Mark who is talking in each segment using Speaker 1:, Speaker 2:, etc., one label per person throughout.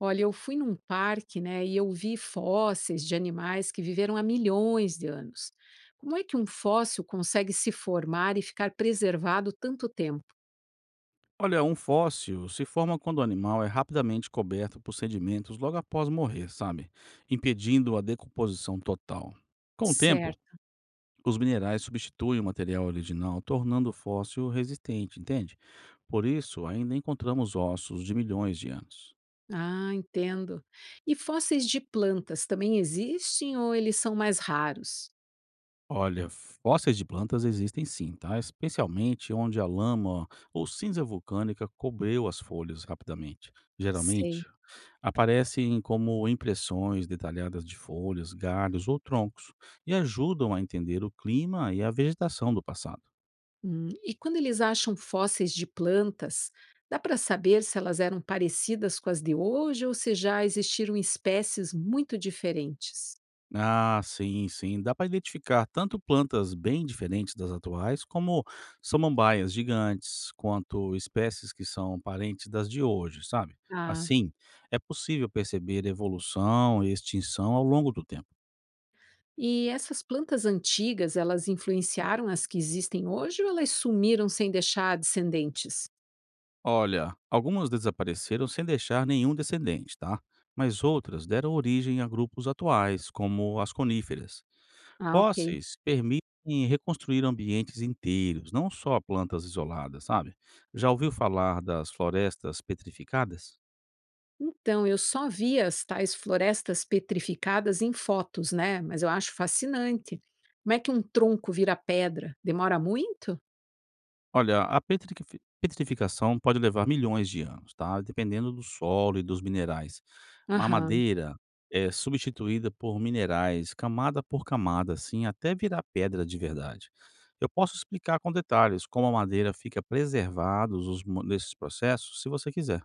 Speaker 1: Olha, eu fui num parque, né, e eu vi fósseis de animais que viveram há milhões de anos. Como é que um fóssil consegue se formar e ficar preservado tanto tempo?
Speaker 2: Olha, um fóssil se forma quando o animal é rapidamente coberto por sedimentos logo após morrer, sabe? Impedindo a decomposição total. Com o tempo,
Speaker 1: Certo.
Speaker 2: os minerais substituem o material original, tornando o fóssil resistente, entende? Por isso, ainda encontramos ossos de milhões de anos.
Speaker 1: Ah, entendo. E fósseis de plantas também existem ou eles são mais raros?
Speaker 2: Olha, fósseis de plantas existem sim, tá? Especialmente onde a lama ou cinza vulcânica cobreu as folhas rapidamente.
Speaker 1: Sei.
Speaker 2: Geralmente, aparecem como impressões detalhadas de folhas, galhos ou troncos e ajudam a entender o clima e a vegetação do passado.
Speaker 1: E quando eles acham fósseis de plantas, dá para saber se elas eram parecidas com as de hoje ou se já existiram espécies muito diferentes?
Speaker 2: Ah, sim, sim. Dá para identificar tanto plantas bem diferentes das atuais, como samambaias gigantes, quanto espécies que são parentes das de hoje, sabe?
Speaker 1: Ah.
Speaker 2: Assim, é possível perceber evolução e extinção ao longo do tempo.
Speaker 1: E essas plantas antigas, elas influenciaram as que existem hoje ou elas sumiram sem deixar descendentes?
Speaker 2: Olha, algumas desapareceram sem deixar nenhum descendente, tá? Mas outras deram origem a grupos atuais, como as coníferas.
Speaker 1: Ah, ok.
Speaker 2: Fósseis permitem reconstruir ambientes inteiros, não só plantas isoladas, sabe? Já ouviu falar das florestas petrificadas?
Speaker 1: Então, eu só vi as tais florestas petrificadas em fotos, né? Mas eu acho fascinante. Como é que um tronco vira pedra? Demora muito?
Speaker 2: Olha, a petrificação pode levar milhões de anos, tá? Dependendo do solo e dos minerais. A
Speaker 1: Aham.
Speaker 2: madeira é substituída por minerais, camada por camada, assim, até virar pedra de verdade. Eu posso explicar com detalhes como a madeira fica preservada nesses processos, se você quiser.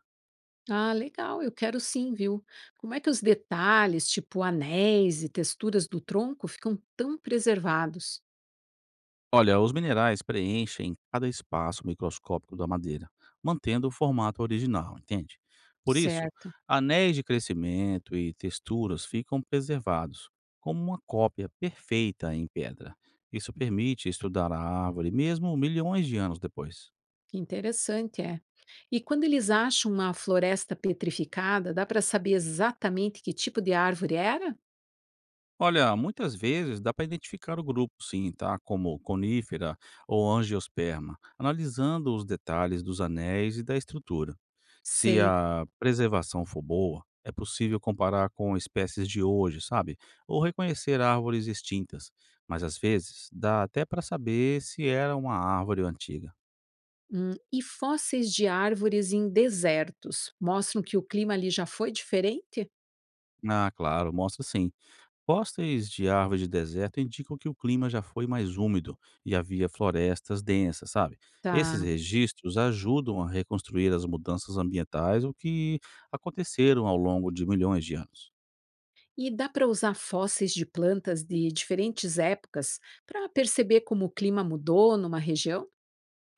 Speaker 1: Ah, legal, eu quero sim, viu? Como é que os detalhes, tipo anéis e texturas do tronco, ficam tão preservados?
Speaker 2: Olha, os minerais preenchem cada espaço microscópico da madeira, mantendo o formato original, entende? Por isso,
Speaker 1: Certo.
Speaker 2: anéis de crescimento e texturas ficam preservados, como uma cópia perfeita em pedra. Isso permite estudar a árvore mesmo milhões de anos depois.
Speaker 1: Que interessante, é. E quando eles acham uma floresta petrificada, dá para saber exatamente que tipo de árvore era?
Speaker 2: Olha, muitas vezes dá para identificar o grupo, sim, tá? Como conífera ou angiosperma, analisando os detalhes dos anéis e da estrutura. Se
Speaker 1: Sei.
Speaker 2: a preservação for boa, é possível comparar com espécies de hoje, sabe? Ou reconhecer árvores extintas. Mas às vezes, dá até para saber se era uma árvore antiga.
Speaker 1: E fósseis de árvores em desertos mostram que o clima ali já foi diferente?
Speaker 2: Ah, claro, mostra sim. Fósseis de árvores de deserto indicam que o clima já foi mais úmido e havia florestas densas, sabe?
Speaker 1: Tá.
Speaker 2: Esses registros ajudam a reconstruir as mudanças ambientais, o que aconteceram ao longo de milhões de anos.
Speaker 1: E dá para usar fósseis de plantas de diferentes épocas para perceber como o clima mudou numa região?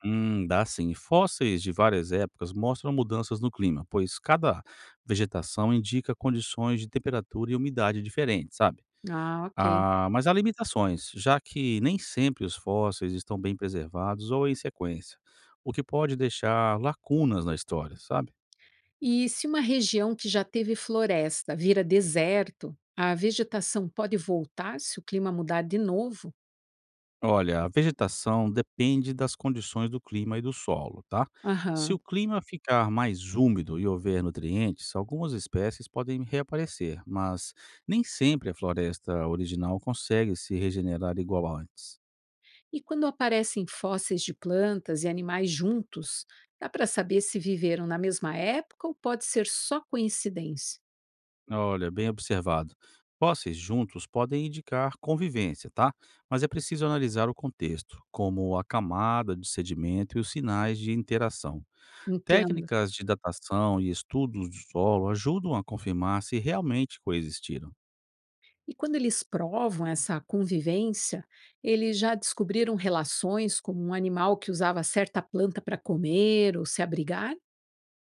Speaker 2: Dá sim. Fósseis de várias épocas mostram mudanças no clima, pois cada vegetação indica condições de temperatura e umidade diferentes, sabe?
Speaker 1: Ah, ok.
Speaker 2: Ah, mas há limitações, já que nem sempre os fósseis estão bem preservados ou em sequência, o que pode deixar lacunas na história, sabe?
Speaker 1: E se uma região que já teve floresta vira deserto, a vegetação pode voltar se o clima mudar de novo?
Speaker 2: Olha, a vegetação depende das condições do clima e do solo, tá? Se
Speaker 1: Aham.
Speaker 2: o clima ficar mais úmido e houver nutrientes, algumas espécies podem reaparecer, mas nem sempre a floresta original consegue se regenerar igual a antes.
Speaker 1: E quando aparecem fósseis de plantas e animais juntos, dá para saber se viveram na mesma época ou pode ser só coincidência?
Speaker 2: Olha, bem observado. Fósseis juntos podem indicar convivência, tá? Mas é preciso analisar o contexto, como a camada de sedimento e os sinais de interação.
Speaker 1: Entendo.
Speaker 2: Técnicas de datação e estudos do solo ajudam a confirmar se realmente coexistiram.
Speaker 1: E quando eles provam essa convivência, eles já descobriram relações como um animal que usava certa planta para comer ou se abrigar?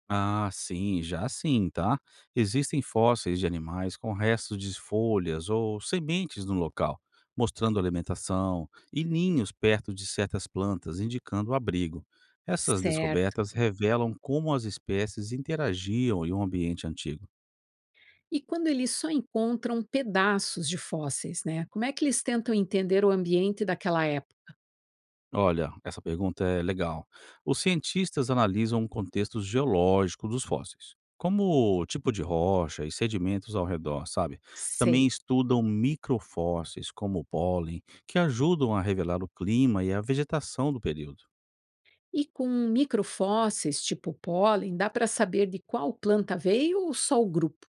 Speaker 2: Ah, sim, já sim, tá? Existem fósseis de animais com restos de folhas ou sementes no local, mostrando alimentação, e ninhos perto de certas plantas, indicando abrigo. Essas
Speaker 1: Certo.
Speaker 2: descobertas revelam como as espécies interagiam em um ambiente antigo.
Speaker 1: E quando eles só encontram pedaços de fósseis, né? Como é que eles tentam entender o ambiente daquela época?
Speaker 2: Olha, essa pergunta é legal. Os cientistas analisam o contexto geológico dos fósseis, como o tipo de rocha e sedimentos ao redor, sabe? Também
Speaker 1: Sei.
Speaker 2: estudam microfósseis, como o pólen, que ajudam a revelar o clima e a vegetação do período.
Speaker 1: E com microfósseis, tipo pólen, dá para saber de qual planta veio ou só o grupo?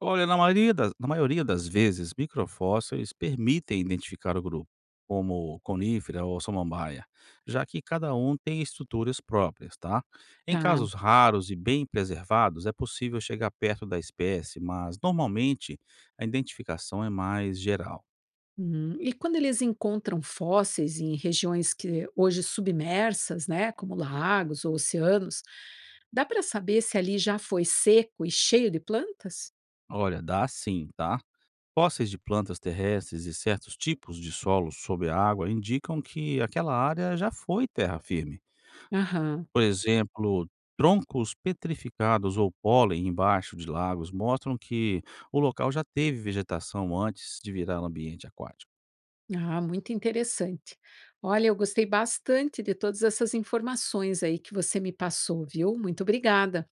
Speaker 2: Olha, na maioria das vezes, microfósseis permitem identificar o grupo, como conífera ou samambaia, já que cada um tem estruturas próprias, tá? Em
Speaker 1: Tá.
Speaker 2: casos raros e bem preservados, é possível chegar perto da espécie, mas normalmente a identificação é mais geral.
Speaker 1: E quando eles encontram fósseis em regiões que hoje submersas, né, como lagos ou oceanos, dá para saber se ali já foi seco e cheio de plantas?
Speaker 2: Olha, dá sim, tá? Fósseis de plantas terrestres e certos tipos de solos sob a água indicam que aquela área já foi terra firme.
Speaker 1: Aham.
Speaker 2: Por exemplo, troncos petrificados ou pólen embaixo de lagos mostram que o local já teve vegetação antes de virar um ambiente aquático.
Speaker 1: Ah, muito interessante. Olha, eu gostei bastante de todas essas informações aí que você me passou, viu? Muito obrigada.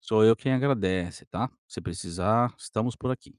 Speaker 2: Sou eu quem agradece, tá? Se precisar, estamos por aqui.